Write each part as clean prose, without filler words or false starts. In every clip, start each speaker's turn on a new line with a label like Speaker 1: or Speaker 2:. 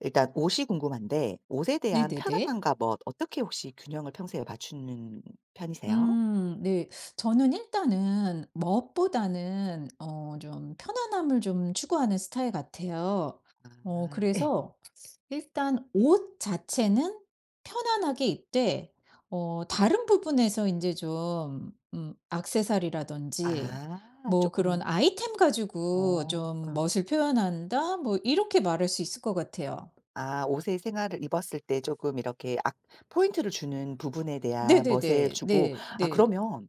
Speaker 1: 일단 옷이 궁금한데 옷에 대한
Speaker 2: 네네네.
Speaker 1: 편안함과 멋 어떻게 혹시 균형을 평소에 맞추는 편이세요?
Speaker 2: 네. 저는 일단은 멋보다는 좀 편안함을 좀 추구하는 스타일 같아요.
Speaker 1: 아 예.
Speaker 2: 그래서 일단 옷 자체는 편안하게 입되 다른 부분에서 이제 좀 액세서리라든지
Speaker 1: 아
Speaker 2: 뭐
Speaker 1: 조금
Speaker 2: 그런 '아이템 가지고
Speaker 1: 어
Speaker 2: 좀
Speaker 1: 어.
Speaker 2: 멋을 표현한다.' 뭐 이렇게 말할 수 있을 것 같아요.
Speaker 1: 아 옷의 생활을 입었을 때 조금 이렇게 악 포인트를 주는 부분에 대한 멋을
Speaker 2: 네네네.
Speaker 1: 주고
Speaker 2: 네.
Speaker 1: 아
Speaker 2: 네.
Speaker 1: 그러면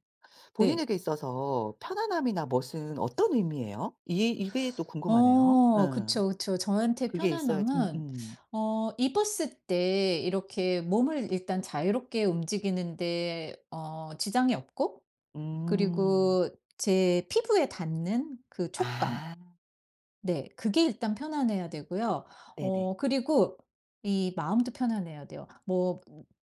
Speaker 2: 네.
Speaker 1: 본인에게 있어서 편안함이나 멋은 어떤 의미예요? 이 이게 또 궁금하네요. 응
Speaker 2: 그쵸, 그쵸. 저한테
Speaker 1: 그게 있어야지 음음.
Speaker 2: 편안함은
Speaker 1: 음.
Speaker 2: 입었을 때 이렇게 몸을 일단 자유롭게 움직이는 데 지장이 없고,
Speaker 1: 음,
Speaker 2: 그리고 제 피부에 닿는 그 촉감.
Speaker 1: 아
Speaker 2: 네. 그게 일단 편안해야 되고요.
Speaker 1: 네네.
Speaker 2: 그리고 이 마음도 편안해야 돼요.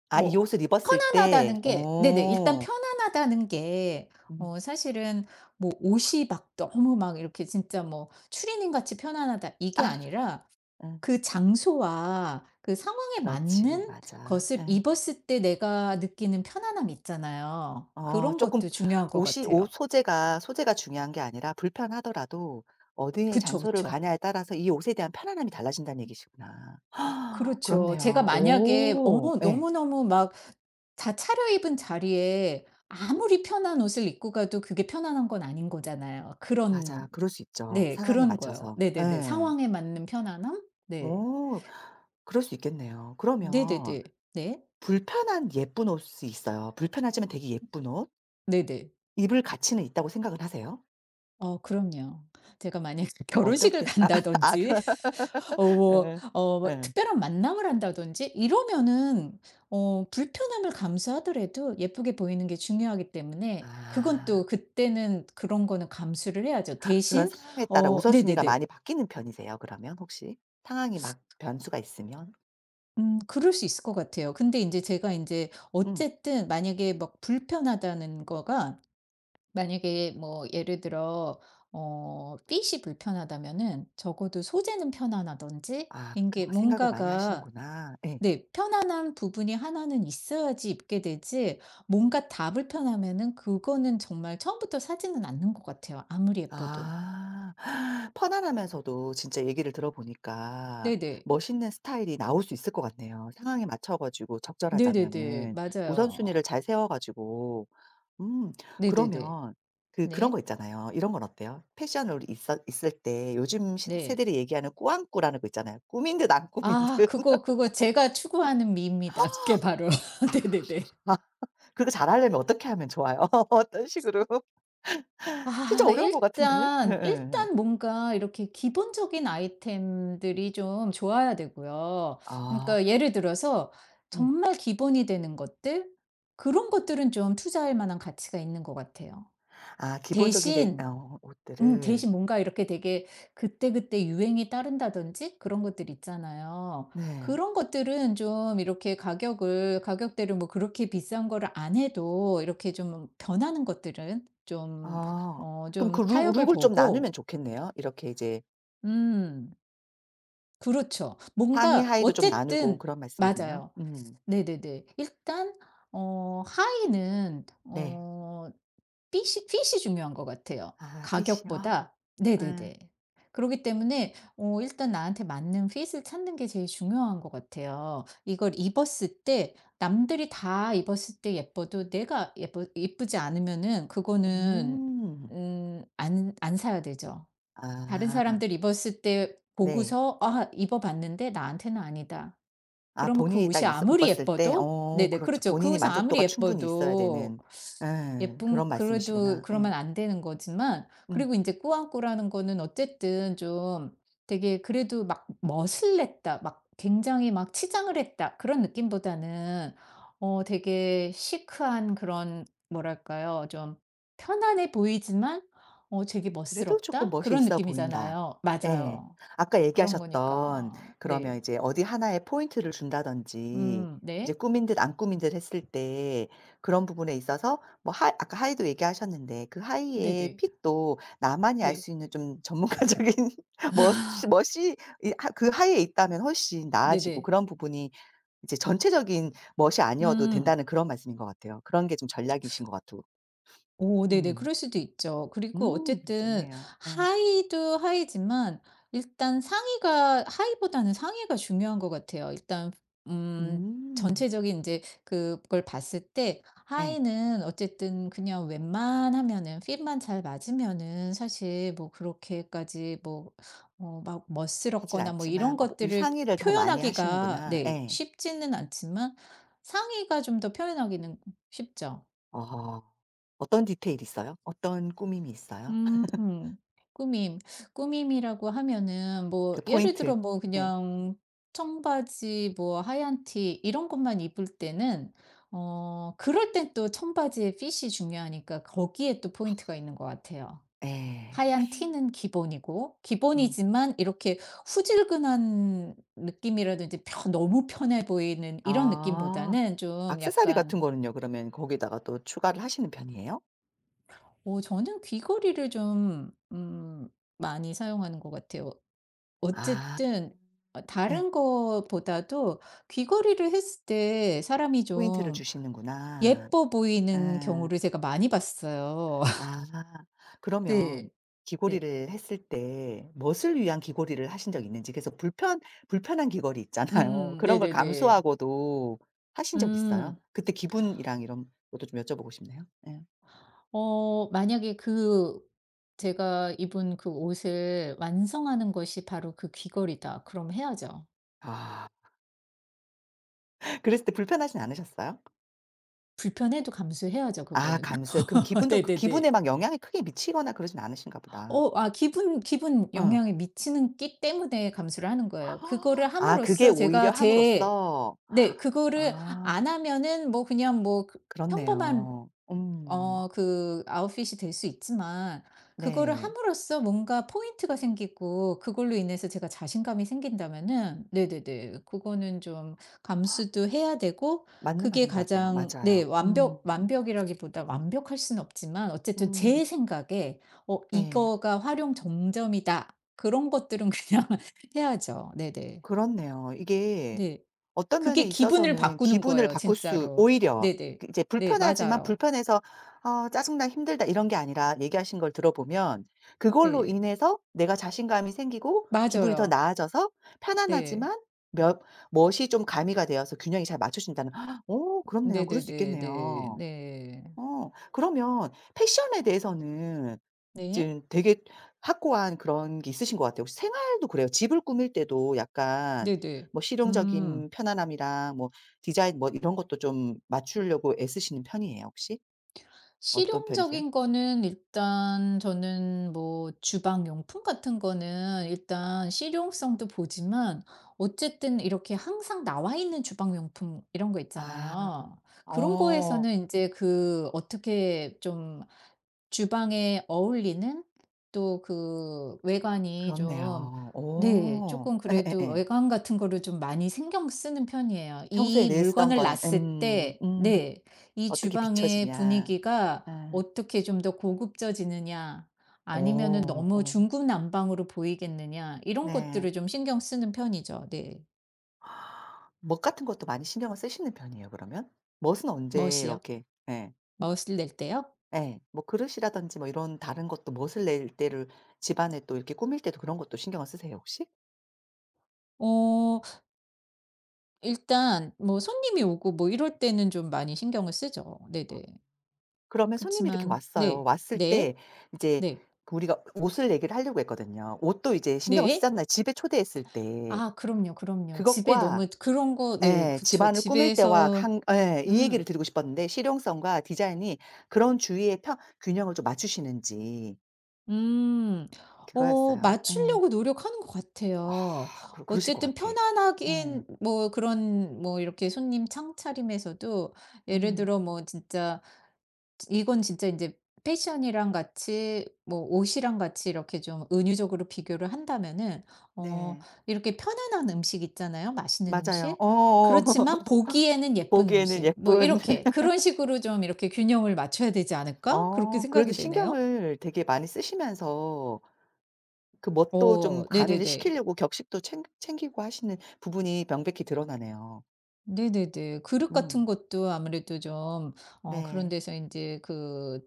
Speaker 1: 아 이
Speaker 2: 뭐
Speaker 1: 옷을 입었을 때.
Speaker 2: 편안하다는 게, 네네, 일단
Speaker 1: 어.
Speaker 2: 편안하다는 게
Speaker 1: 음.
Speaker 2: 사실은 뭐 옷이 막 너무 막 이렇게 진짜 뭐 추리닝 같이 편안하다
Speaker 1: 아,
Speaker 2: 이게 아니라
Speaker 1: 응.
Speaker 2: 그 장소와 그 상황에
Speaker 1: 그렇지.
Speaker 2: 맞는
Speaker 1: 맞아.
Speaker 2: 것을
Speaker 1: 예.
Speaker 2: 입었을 때 내가 느끼는 편안함 있잖아요.
Speaker 1: 어
Speaker 2: 그런 것도
Speaker 1: 조금
Speaker 2: 중요한 것
Speaker 1: 옷이 옷
Speaker 2: 같아요.
Speaker 1: 소재가 중요한 게 아니라 불편하더라도 어디에
Speaker 2: 그쵸,
Speaker 1: 장소를
Speaker 2: 그쵸.
Speaker 1: 가냐에 따라서 이 옷에 대한 편안함이 달라진다는 얘기시구나.
Speaker 2: 그렇죠. 제가
Speaker 1: 그렇네요.
Speaker 2: 만약에
Speaker 1: 오. 예.
Speaker 2: 너무너무 막 다 차려입은 자리에 아무리 편한 옷을 입고 가도 그게 편안한 건 아닌 거잖아요.
Speaker 1: 맞아.
Speaker 2: 그런,
Speaker 1: 그럴 수 있죠,
Speaker 2: 네
Speaker 1: 상황에
Speaker 2: 그런 거요.
Speaker 1: 맞춰서.
Speaker 2: 네네네.
Speaker 1: 예.
Speaker 2: 상황에 맞는 편안함? 네.
Speaker 1: 오. 그럴 수 있겠네요. 그러면
Speaker 2: 네네네. 네.
Speaker 1: 불편한 예쁜 옷이 있어요. 불편하지만 되게 예쁜 옷?
Speaker 2: 네네.
Speaker 1: 입을 가치는 있다고 생각을 하세요?
Speaker 2: 그럼요. 제가 만약에
Speaker 1: 어떨
Speaker 2: 결혼식을
Speaker 1: 때 아 아 그
Speaker 2: 간다든지
Speaker 1: 예. 예.
Speaker 2: 특별한 만남을 한다든지 이러면은 불편함을 감수하더라도 예쁘게 보이는 게 중요하기 때문에 그건
Speaker 1: 아.
Speaker 2: 또 그때는 그런 거는 감수를 해야죠.
Speaker 1: 그런
Speaker 2: 대신,
Speaker 1: 상황에 따라 우선순위가
Speaker 2: 네네네.
Speaker 1: 많이 바뀌는 편이세요 그러면 혹시? 상황이 막 변수가 있으면?
Speaker 2: 그럴 수 있을 것 같아요. 근데 이제 제가 이제
Speaker 1: 음.
Speaker 2: 어쨌든 만약에 막 불편하다는 거가, 만약에 뭐 예를 들어 핏이 불편하다면은 적어도 소재는 편안하던지,
Speaker 1: 아
Speaker 2: 이
Speaker 1: 그런
Speaker 2: 게
Speaker 1: 거 생각을 많이
Speaker 2: 뭔가가,
Speaker 1: 하시는구나. 예.
Speaker 2: 네, 편안한 부분이 하나는 있어야지 입게 되지, 뭔가 다 불편하면은 그거는 정말 처음부터 사지는 않는 것 같아요, 아무리 예뻐도.
Speaker 1: 아. 편안하면서도 진짜 얘기를 들어보니까
Speaker 2: 네네.
Speaker 1: 멋있는 스타일이 나올 수 있을 것 같네요. 상황에 맞춰 가지고 적절하자면
Speaker 2: 네네네.
Speaker 1: 은
Speaker 2: 맞아요.
Speaker 1: 우선순위를 잘 세워 가지고 음.
Speaker 2: 네네네.
Speaker 1: 그러면 그런 거
Speaker 2: 네.
Speaker 1: 있잖아요. 이런 건 어때요? 패션으로 있어 있을 때 요즘 시
Speaker 2: 네.
Speaker 1: 세대들이 얘기하는 꾸안꾸라는 거 있잖아요. 꾸민 듯 안 꾸민
Speaker 2: 아
Speaker 1: 듯.
Speaker 2: 그거, 그거 제가 추구하는 미입니다. 그게 바로.
Speaker 1: 아.
Speaker 2: 네네네.
Speaker 1: 아, 그거 잘하려면 어떻게 하면 좋아요? 어떤 식으로? 진짜
Speaker 2: 아
Speaker 1: 어려운 것 같은데.
Speaker 2: 일단
Speaker 1: 예예예.
Speaker 2: 일단 뭔가 이렇게 기본적인 아이템들이 좀 좋아야 되고요.
Speaker 1: 아.
Speaker 2: 그러니까 예를 들어서
Speaker 1: 음.
Speaker 2: 정말 기본이 되는 것들? 그런 것들은 좀 투자할 만한 가치가 있는 것 같아요.
Speaker 1: 아 기본적인 내
Speaker 2: 대신,
Speaker 1: 어 옷들을.
Speaker 2: 대신 뭔가 이렇게 되게 그때그때 유행이 따른다든지 그런 것들 있잖아요.
Speaker 1: 네.
Speaker 2: 그런 것들은 좀 이렇게 가격을 가격대를 뭐 그렇게 비싼 거를 안 해도, 이렇게 좀 변하는 것들은 좀
Speaker 1: 아. 그럼
Speaker 2: 좀
Speaker 1: 그 룩
Speaker 2: 타협을
Speaker 1: 룩을 좀 나누면
Speaker 2: 보고.
Speaker 1: 좋겠네요. 이렇게 이제
Speaker 2: 음. 그렇죠.
Speaker 1: 상의
Speaker 2: 뭔가
Speaker 1: 하의도 좀 나누고
Speaker 2: 어쨌든
Speaker 1: 그런 말씀이네요.
Speaker 2: 맞아요.
Speaker 1: 음.
Speaker 2: 네네네. 일단 하의는
Speaker 1: 네.
Speaker 2: 핏이 중요한 것 같아요,
Speaker 1: 아 핏이요.
Speaker 2: 가격보다.
Speaker 1: 예.
Speaker 2: 네네네. 그러기 때문에 일단 나한테 맞는 핏을 찾는 게 제일 중요한 것 같아요. 이걸 입었을 때, 남들이 다 입었을 때 예뻐도 내가 예뻐 예쁘지 않으면은 그거는,
Speaker 1: 음.
Speaker 2: 안 사야 되죠. 다른
Speaker 1: 아
Speaker 2: 사람들 입었을 때
Speaker 1: 네.
Speaker 2: 보고서 '아 입어봤는데 나한테는 아니다.'
Speaker 1: 아
Speaker 2: 그러면 그
Speaker 1: 본인이 딱
Speaker 2: 옷이
Speaker 1: 있어 못
Speaker 2: 아무리
Speaker 1: 봤을 때
Speaker 2: 예뻐도,
Speaker 1: 어
Speaker 2: 네네,
Speaker 1: 그렇죠.
Speaker 2: 그렇죠. 그
Speaker 1: 본인이
Speaker 2: 옷이 아무리
Speaker 1: 만족도가 충분히 있어야
Speaker 2: 예뻐도
Speaker 1: 되는 예
Speaker 2: 예쁨
Speaker 1: 그런
Speaker 2: 그래도
Speaker 1: 말씀이시구나. 예.
Speaker 2: 그러면 안 되는 거지만.
Speaker 1: 음.
Speaker 2: 그리고 인제 꾸안꾸라는 거는 어쨌든 좀 되게 그래도 막 멋을 냈다, 막 굉장히 막 치장을 했다 그런 느낌보다는 되게 시크한 그런, 뭐랄까요? 좀 편안해 보이지만 되게
Speaker 1: 그래도 조금
Speaker 2: 멋스럽다
Speaker 1: 멋이
Speaker 2: 그런
Speaker 1: 있어 보인다.
Speaker 2: 느낌이잖아요.
Speaker 1: 예.
Speaker 2: 맞아요.
Speaker 1: 아까
Speaker 2: 그런
Speaker 1: 얘기하셨던
Speaker 2: 거니까.
Speaker 1: 그러면
Speaker 2: 네.
Speaker 1: 이제 어디 하나에 포인트를 준다든지 이제
Speaker 2: 네.
Speaker 1: 꾸민 듯 안 꾸민 듯 했을 때 그런 부분에 있어서 뭐 하이 아까 하이도 얘기하셨는데 그 하이의
Speaker 2: 네네.
Speaker 1: 핏도 나만이 알
Speaker 2: 네.
Speaker 1: 수 있는 좀 전문가적인 멋이 멋이 이 하 그 하이에 있다면 훨씬 나아지고
Speaker 2: 네네.
Speaker 1: 그런 부분이 이제 전체적인 멋이 아니어도
Speaker 2: 음.
Speaker 1: 된다는 그런 말씀인 것 같아요. 그런 게 좀 전략이신 것 같고.
Speaker 2: 오 네네.
Speaker 1: 음.
Speaker 2: 그럴 수도 있죠. 그리고 어쨌든
Speaker 1: 좋네요. 예.
Speaker 2: 하이도 하이지만 일단 상의가, 하이보다는 상의가 중요한 것 같아요. 일단 음
Speaker 1: 음.
Speaker 2: 전체적인 이제 그걸 봤을 때
Speaker 1: 예.
Speaker 2: 하의는 어쨌든 그냥 웬만하면은 핏만 잘 맞으면은 사실 뭐 그렇게까지 뭐 막
Speaker 1: 하진
Speaker 2: 멋스럽거나 뭐
Speaker 1: 않지만
Speaker 2: 이런
Speaker 1: 뭐 뭐
Speaker 2: 것들을
Speaker 1: 상의를 더 많이
Speaker 2: 표현하기가,
Speaker 1: 하시는구나.
Speaker 2: 네,
Speaker 1: 예.
Speaker 2: 쉽지는 않지만 상의가 좀 더 표현하기는 쉽죠.
Speaker 1: 어. 어떤 디테일이 있어요? 어떤 꾸밈이 있어요?
Speaker 2: 음. 꾸밈. 꾸밈이라고 하면은 뭐
Speaker 1: 그
Speaker 2: 예를
Speaker 1: 포인트.
Speaker 2: 들어 뭐
Speaker 1: 예.
Speaker 2: 그냥 청바지 뭐 하얀 티 이런 것만 입을 때는 그럴 땐 또 청바지의 핏이 중요하니까 거기에 또 포인트가 있는 것 같아요.
Speaker 1: 예.
Speaker 2: 하얀 티는 기본이고
Speaker 1: 음.
Speaker 2: 기본이지만 이렇게 후질근한 느낌이라든지 펴 너무 편해 보이는 이런
Speaker 1: 아.
Speaker 2: 느낌보다는 좀
Speaker 1: 액세서리
Speaker 2: 약간,
Speaker 1: 같은 거는요 그러면 거기다가 또 추가를 하시는 편이에요?
Speaker 2: 저는 귀걸이를 좀 많이 사용하는 것 같아요.
Speaker 1: 아.
Speaker 2: 어쨌든
Speaker 1: 예.
Speaker 2: 다른 거보다도 귀걸이를 했을 때 사람이
Speaker 1: 포인트를
Speaker 2: 좀
Speaker 1: 주시는구나.
Speaker 2: 예뻐 보이는
Speaker 1: 예.
Speaker 2: 경우를 제가 많이 봤어요.
Speaker 1: 아 그러면
Speaker 2: 네. 네.
Speaker 1: 귀걸이를 했을 때 무엇을 위한 귀걸이를 하신 적 있는지 그래서 불편한 귀걸이 있잖아요.
Speaker 2: 음음.
Speaker 1: 그런 걸
Speaker 2: 네네네.
Speaker 1: 감수하고도 하신 적 있어요?
Speaker 2: 음.
Speaker 1: 그때 기분이랑 이런 것도 좀 여쭤보고 싶네요. 예.
Speaker 2: 만약에 그 제가 입은 그 옷을 완성하는 것이 바로 그 귀걸이다. 그럼 해야죠.
Speaker 1: 아. 그랬을 때 불편하진 않으셨어요?
Speaker 2: 불편해도 감수해야죠,
Speaker 1: 아
Speaker 2: 그거는.
Speaker 1: 감수해 그럼 기분도 그
Speaker 2: 네네네.
Speaker 1: 기분에 막 영향이 크게 미치거나 그러진 않으신가 보다.
Speaker 2: 기분
Speaker 1: 응.
Speaker 2: 영향이 미치는 끼 때문에 감수를 하는 거예요. 그거를
Speaker 1: 아 그게
Speaker 2: 함으로써
Speaker 1: 오히려
Speaker 2: 제가 제,
Speaker 1: 함으로써
Speaker 2: 네 그거를
Speaker 1: 아
Speaker 2: 안 하면은 뭐 그냥 뭐 그 평범한
Speaker 1: 그렇네요. 음.
Speaker 2: 그 아웃핏이 될 수 있지만 그거를
Speaker 1: 네.
Speaker 2: 함으로써 뭔가 포인트가 생기고 그걸로 인해서 제가 자신감이 생긴다면은, 네네네, 그거는 좀 감수도 해야 되고.
Speaker 1: 맞는
Speaker 2: 그게
Speaker 1: 말인 것 같아요.
Speaker 2: 가장, 네,
Speaker 1: 맞아요. 음.
Speaker 2: 완벽이라기보다 완벽할 수는 없지만 어쨌든
Speaker 1: 음.
Speaker 2: 제 생각에
Speaker 1: 예.
Speaker 2: '이거가 활용 정점이다.' 그런 것들은 그냥 해야죠. 네네.
Speaker 1: 그렇네요. 이게
Speaker 2: 네.
Speaker 1: 어떤
Speaker 2: 그게
Speaker 1: 면에
Speaker 2: 기분을
Speaker 1: 있어서는
Speaker 2: 바꾸는
Speaker 1: 기분을
Speaker 2: 거예요
Speaker 1: 바꿀 수
Speaker 2: 진짜로.
Speaker 1: 오히려
Speaker 2: 네네.
Speaker 1: 그 이제
Speaker 2: 네
Speaker 1: 불편하지만
Speaker 2: 맞아요.
Speaker 1: 불편해서 '아 짜증나. 힘들다.' 이런 게 아니라 얘기하신 걸 들어보면 그걸로
Speaker 2: 네.
Speaker 1: 인해서 내가 자신감이 생기고 기분이 더
Speaker 2: 맞아요.
Speaker 1: 나아져서
Speaker 2: 네.
Speaker 1: 편안하지만 몇 멋이 좀 가미가 되어서 균형이 잘 맞춰진다는 헉, 오, 그렇네요. 그럴 수
Speaker 2: 네네네. 네.
Speaker 1: 있겠네요.
Speaker 2: 네.
Speaker 1: 어. 그러면 패션에 대해서는
Speaker 2: 네.
Speaker 1: 지금 되게 확고한 그런 게 있으신 것 같아요. 혹시 생활도 그래요? 집을 꾸밀 때도 약간
Speaker 2: 네네.
Speaker 1: 뭐
Speaker 2: 음.
Speaker 1: 실용적인 편안함이랑 뭐 디자인 뭐 이런 것도 좀 맞추려고 애쓰시는 편이에요, 혹시? 어떤 편이세요?
Speaker 2: 실용적인 거는 일단 저는 뭐 주방 용품 같은 거는 일단 실용성도 보지만 어쨌든 이렇게 항상 나와 있는 주방 용품 이런 거
Speaker 1: 아.
Speaker 2: 있잖아요. 그런
Speaker 1: 어.
Speaker 2: 거에서는 인제 그 어떻게 좀 주방에 어울리는, 또 그 외관이 좀,
Speaker 1: 그렇네요.
Speaker 2: 네,
Speaker 1: 오,
Speaker 2: 조금
Speaker 1: 에, 에,
Speaker 2: 그래도
Speaker 1: 에.
Speaker 2: 외관 같은 거를 좀 많이 신경 쓰는 편이에요.
Speaker 1: 평소에
Speaker 2: 이
Speaker 1: 늘 쓰던
Speaker 2: 물건을
Speaker 1: 건
Speaker 2: 놨을 때,
Speaker 1: 음.
Speaker 2: 네, 이
Speaker 1: 어떻게
Speaker 2: 주방의
Speaker 1: 비춰지냐.
Speaker 2: 분위기가
Speaker 1: 음,
Speaker 2: 어떻게 좀 더 고급져지느냐, 아니면은
Speaker 1: 오,
Speaker 2: 너무
Speaker 1: 오,
Speaker 2: 중구난방으로 보이겠느냐, 이런
Speaker 1: 네.
Speaker 2: 것들을 좀 신경 쓰는 편이죠. 네.
Speaker 1: 멋 같은 것도 많이 신경을 쓰시는 편이에요 그러면? 멋은 언제
Speaker 2: 멋이요?
Speaker 1: 이렇게 예.
Speaker 2: 멋을 낼 때요?
Speaker 1: 예. 뭐 그릇이라든지 뭐 이런 다른 것도 멋을 낼 때를 집안에 또 이렇게 꾸밀 때도 그런 것도 신경을 쓰세요 혹시?
Speaker 2: 어 일단 뭐 손님이 오고 뭐 이럴 때는 좀 많이 신경을 쓰죠.
Speaker 1: 어.
Speaker 2: 네네.
Speaker 1: 그러면 손님이 이렇게
Speaker 2: 그치만
Speaker 1: 왔어요.
Speaker 2: 네.
Speaker 1: 왔을
Speaker 2: 네.
Speaker 1: 때 이제
Speaker 2: 네.
Speaker 1: 그 우리가 옷을 얘기를 하려고 했거든요. 옷도 이제 신경을
Speaker 2: 네.
Speaker 1: 쓰잖아요 집에 초대했을 때.
Speaker 2: 아 그럼요, 그럼요. 집에
Speaker 1: 그것과
Speaker 2: 너무 그런 거 네
Speaker 1: 예
Speaker 2: 그쵸.
Speaker 1: 집안을 꾸밀 때와
Speaker 2: 집에서.
Speaker 1: 한 예 이
Speaker 2: 음.
Speaker 1: 얘기를 드리고 싶었는데 실용성과 디자인이 그런 주위의 평 균형을 좀 맞추시는지
Speaker 2: 음.
Speaker 1: 그거였어요. 예.
Speaker 2: 맞추려고 노력하는 것
Speaker 1: 아
Speaker 2: 같아요.
Speaker 1: 그러실 것
Speaker 2: 어쨌든
Speaker 1: 같아. 예.
Speaker 2: 편안하긴 뭐 그런 뭐 이렇게 손님 창차림에서도 예를
Speaker 1: 음.
Speaker 2: 들어 뭐 진짜, 이건 진짜 이제 패션이랑 같이 뭐 옷이랑 같이 이렇게 좀 은유적으로 비교를 한다면은 어
Speaker 1: 네.
Speaker 2: 이렇게 편안한 음식 있잖아요, 맛있는
Speaker 1: 맞아요.
Speaker 2: 음식.
Speaker 1: 어어.
Speaker 2: 그렇지만 보기에는 예쁜
Speaker 1: 보기에는
Speaker 2: 음식, 뭐
Speaker 1: 예쁜
Speaker 2: 이렇게 그런 식으로 좀 이렇게 균형을 맞춰야 되지 않을까? 그렇게
Speaker 1: 어 그래도
Speaker 2: 생각이 되네요.
Speaker 1: 신경을 되게 많이 쓰시면서 그 멋도 좀 가미를
Speaker 2: 네네네.
Speaker 1: 시키려고 격식도 챙 챙기고 하시는 부분이 명백히 드러나네요.
Speaker 2: 네네네. 그릇
Speaker 1: 음.
Speaker 2: 같은 것도 아무래도 좀 그런
Speaker 1: 네.
Speaker 2: 데서 인제 그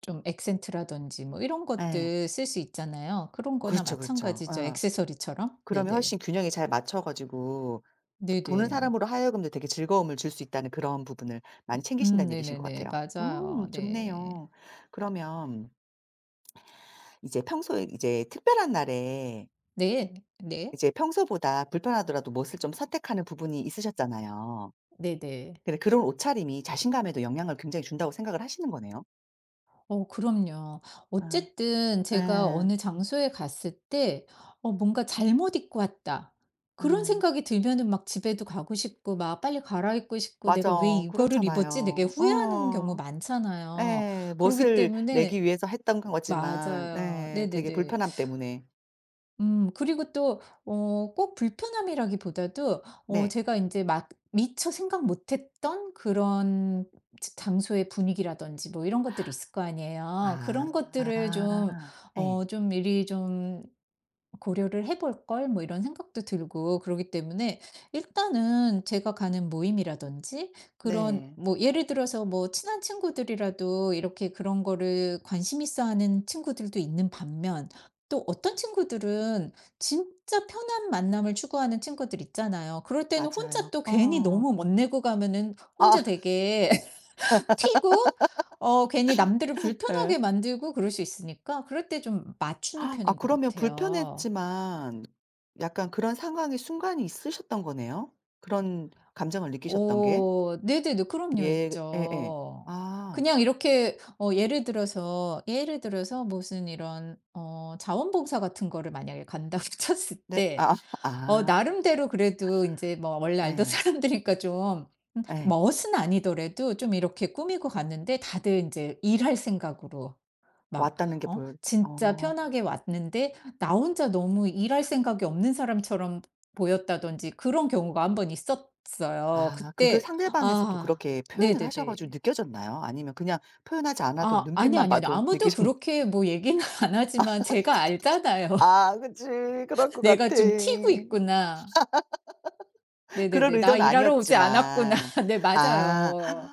Speaker 2: 좀 액센트라든지 뭐 이런
Speaker 1: 예.
Speaker 2: 것들 쓸 수 있잖아요. 그런 거나
Speaker 1: 그렇죠, 그렇죠.
Speaker 2: 마찬가지죠.
Speaker 1: 어.
Speaker 2: 액세서리처럼.
Speaker 1: 그러면
Speaker 2: 네네.
Speaker 1: 훨씬 균형이 잘 맞춰 가지고 보는
Speaker 2: 네네.
Speaker 1: 사람으로 하여금도 되게 즐거움을 줄 수 있다는 그런 부분을 많이 챙기신다는 얘기신 것
Speaker 2: 네네네.
Speaker 1: 같아요.
Speaker 2: 맞아요. 네.
Speaker 1: 좋네요. 그러면 이제 평소에 이제 특별한 날에
Speaker 2: 네. 네.
Speaker 1: 이제 평소보다 불편하더라도 멋을 좀 선택하는 부분이 있으셨잖아요.
Speaker 2: 네네.
Speaker 1: 근데 그런 옷차림이 자신감에도 영향을 굉장히 준다고 생각을 하시는 거네요.
Speaker 2: 그럼요.
Speaker 1: 아.
Speaker 2: 어쨌든 제가
Speaker 1: 예.
Speaker 2: 어느 장소에 갔을 때 '뭔가 잘못 입고 왔다.' 그런
Speaker 1: 예.
Speaker 2: 생각이 들면은 막 집에도 가고 싶고 막 빨리 갈아입고 싶고 '내가 왜
Speaker 1: 맞아.
Speaker 2: 이거를 입었지?' 되게
Speaker 1: 그렇잖아요.
Speaker 2: 후회하는 경우
Speaker 1: 어.
Speaker 2: 많잖아요.
Speaker 1: 예.
Speaker 2: 그러기
Speaker 1: 멋을 내기
Speaker 2: 때문에
Speaker 1: 위해서 했던 거지만
Speaker 2: 맞아요.
Speaker 1: 예 되게
Speaker 2: 네네네.
Speaker 1: 불편함 때문에.
Speaker 2: 그리고 또 꼭 불편함이라기보다도
Speaker 1: 네.
Speaker 2: 제가 이제 막 미처 생각 못 했던 그런 장소의 분위기라든지 뭐 이런 것들이 있을 거 아니에요. 그런 것들을
Speaker 1: 아.
Speaker 2: 좀
Speaker 1: 예.
Speaker 2: 좀 미리 좀 고려를 해볼 걸, 뭐 이런 생각도 들고. 그러기 때문에 일단은 제가 가는 모임이라든지 그런
Speaker 1: 네.
Speaker 2: 뭐 예를 들어서 뭐 친한 친구들이라도 이렇게 그런 거를 관심 있어 하는 친구들도 있는 반면 또 어떤 친구들은 진짜 편한 만남을 추구하는 친구들 있잖아요. 그럴 때는 혼자
Speaker 1: 맞아요.
Speaker 2: 또 괜히
Speaker 1: 어.
Speaker 2: 너무 멋내고 가면은
Speaker 1: 아.
Speaker 2: 혼자 되게 튀고 괜히 남들을
Speaker 1: 예.
Speaker 2: 불편하게 만들고 그럴 수 있으니까 그럴 때 좀 맞추는
Speaker 1: 아
Speaker 2: 편인 것
Speaker 1: 그러면
Speaker 2: 같아요.
Speaker 1: 불편했지만 약간 그런 상황이 순간이 있으셨던 거네요? 그런 감정을 느끼셨던 게?
Speaker 2: 네네네. 그럼요.
Speaker 1: 예 예예.
Speaker 2: 있죠.
Speaker 1: 아
Speaker 2: 그냥 이렇게 예를 들어서 무슨 이런 자원봉사 같은 거를 만약에 간다고 쳤을
Speaker 1: 네.
Speaker 2: 때
Speaker 1: 아 아
Speaker 2: 나름대로 그래도 인제 뭐 원래 알던
Speaker 1: 예
Speaker 2: 사람들이니까 좀
Speaker 1: 예.
Speaker 2: 멋은 아니더라도 좀 이렇게 꾸미고 갔는데 다들 인제 일할 생각으로 막,
Speaker 1: 왔다는 게 보여
Speaker 2: 진짜
Speaker 1: 어.
Speaker 2: 편하게 왔는데 나 혼자 너무 일할 생각이 없는 사람처럼 보였다든지 그런 경우가 한번 있었어요.
Speaker 1: 아 그게
Speaker 2: 그때,
Speaker 1: 상대방에서도
Speaker 2: 아
Speaker 1: 그렇게 표현을 하셔 가지고
Speaker 2: 네네네.
Speaker 1: 느껴졌나요? 아니면 그냥 표현하지 않아도
Speaker 2: 아 아니 아
Speaker 1: 눈빛만
Speaker 2: 니 아니
Speaker 1: 봐도
Speaker 2: 아무도
Speaker 1: 느끼셨나 요
Speaker 2: 그렇게 뭐 얘기는 안 하지만 제가 알잖아요.
Speaker 1: 아 그치. 그럴 것
Speaker 2: '내가
Speaker 1: 같아.
Speaker 2: 좀 튀고 있구나.
Speaker 1: 그럴
Speaker 2: 네네네. 나
Speaker 1: 의도는
Speaker 2: 일하러 오지 않았구나.'
Speaker 1: 아니었지만.
Speaker 2: 네
Speaker 1: 아.
Speaker 2: 맞아요.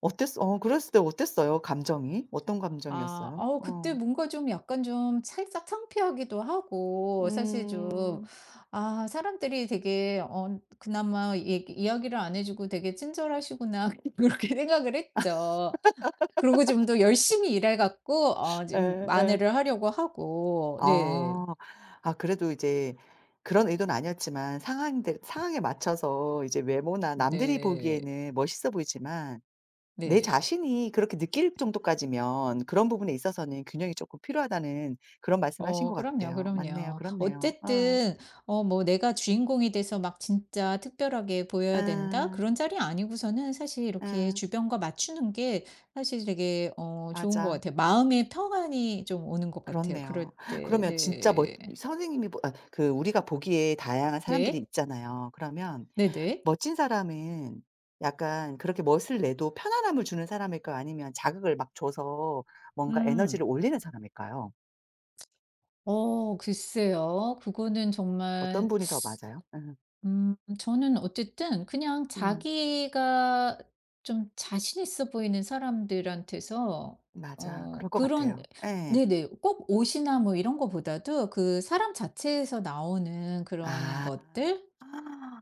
Speaker 1: 어땠어 어 그랬을 때 어땠어요? 감정이? 어떤
Speaker 2: 아.
Speaker 1: 감정이었어요? 어.
Speaker 2: 그때 뭔가 좀 약간 좀 살짝 창피하기도 하고 사실 좀,
Speaker 1: 음.
Speaker 2: 아 사람들이 되게 그나마 얘기 이야기를 안 해 주고 '되게 친절하시구나.' 그렇게 생각을 했죠. 그리고 좀 더 열심히 일해 갖고 지금
Speaker 1: 예예.
Speaker 2: 만회를 하려고 하고. 네.
Speaker 1: 아. 아 그래도 이제 그런 의도는 아니었지만 상황들 상황에 맞춰서 이제 외모나 남들이
Speaker 2: 네.
Speaker 1: 보기에는 멋있어 보이지만 내
Speaker 2: 네.
Speaker 1: 자신이 그렇게 느낄 정도까지면 그런 부분에 있어서는 균형이 쪼끔 필요하다는 그런 말씀을 하신 것
Speaker 2: 그럼요,
Speaker 1: 같아요. 맞네요.
Speaker 2: 그럼요.
Speaker 1: 그렇네요. 어.
Speaker 2: 어쨌든 뭐 '내가 주인공이 돼서 막 진짜 특별하게 보여야 된다.'
Speaker 1: 예.
Speaker 2: 그런 자리 아니고서는 사실 이렇게
Speaker 1: 예.
Speaker 2: 주변과 맞추는 게 사실 되게 좋은 것
Speaker 1: 맞아.
Speaker 2: 같아요. 마음의 평안이 좀 오는 것 같아요 그럴
Speaker 1: 그렇네요.
Speaker 2: 때.
Speaker 1: 그러면 진짜 멋
Speaker 2: 네.
Speaker 1: 선생님이 보 아 그 우리가 보기에 다양한 사람들이
Speaker 2: 네.
Speaker 1: 있잖아요. 그러면
Speaker 2: 네네.
Speaker 1: 멋진 사람은 약간 그렇게 멋을 내도 편안함을 주는 사람일까요? 아니면 자극을 막 줘서 뭔가
Speaker 2: 음.
Speaker 1: 에너지를 올리는 사람일까요?
Speaker 2: 글쎄요. 그거는
Speaker 1: 어떤
Speaker 2: 정말,
Speaker 1: 분이 더 맞아요? 예.
Speaker 2: 저는 어쨌든 그냥
Speaker 1: 음
Speaker 2: 자기가 좀 자신 있어 보이는 사람들한테서
Speaker 1: 맞아. 그럴 것
Speaker 2: 그런,
Speaker 1: 같아요. 예.
Speaker 2: 네네, 꼭 옷이나 뭐 이런 거보다도 그 사람 자체에서 나오는 그런
Speaker 1: 아.
Speaker 2: 것들?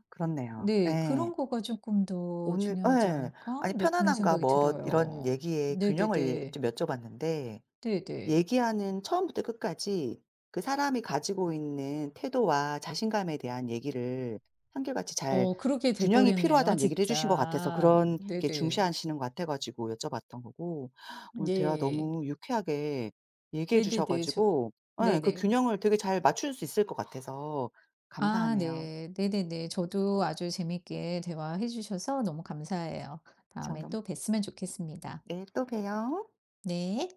Speaker 1: 그렇네요.
Speaker 2: 네.
Speaker 1: 예.
Speaker 2: '그런 거가 조금 더
Speaker 1: 오늘
Speaker 2: 중요하지
Speaker 1: 예.
Speaker 2: 않을까?'
Speaker 1: 아니
Speaker 2: 네 그런
Speaker 1: 편안함과
Speaker 2: 생각이
Speaker 1: 멋 이런
Speaker 2: 들어요.
Speaker 1: 얘기의 균형을
Speaker 2: 네네네.
Speaker 1: 좀 여쭤봤는데
Speaker 2: 네네.
Speaker 1: 얘기하는 처음부터 끝까지 그 사람이 가지고 있는 태도와 자신감에 대한 얘기를 한결같이 잘
Speaker 2: 그렇게 돼
Speaker 1: 균형이
Speaker 2: 버렸네요
Speaker 1: 필요하다는 얘기를 해 주신 것 같아서
Speaker 2: 진짜.
Speaker 1: 그런 게
Speaker 2: 네네.
Speaker 1: 중시하시는 것 같아 가지고 여쭤봤던 거고 오늘 대화
Speaker 2: 네.
Speaker 1: 너무 유쾌하게 얘기해 주셔
Speaker 2: 네네네. 저,
Speaker 1: 가지고 예 그
Speaker 2: 네네.
Speaker 1: 균형을 되게 잘 맞출 수 있을 것 같아서
Speaker 2: 아
Speaker 1: 감사하네요.
Speaker 2: 네. 네네네. 저도 아주 재밌게 대화해 주셔서 너무 감사해요.
Speaker 1: 저
Speaker 2: 다음에
Speaker 1: 너무
Speaker 2: 또 뵀으면 좋겠습니다.
Speaker 1: 네 또 봬요.
Speaker 2: 네.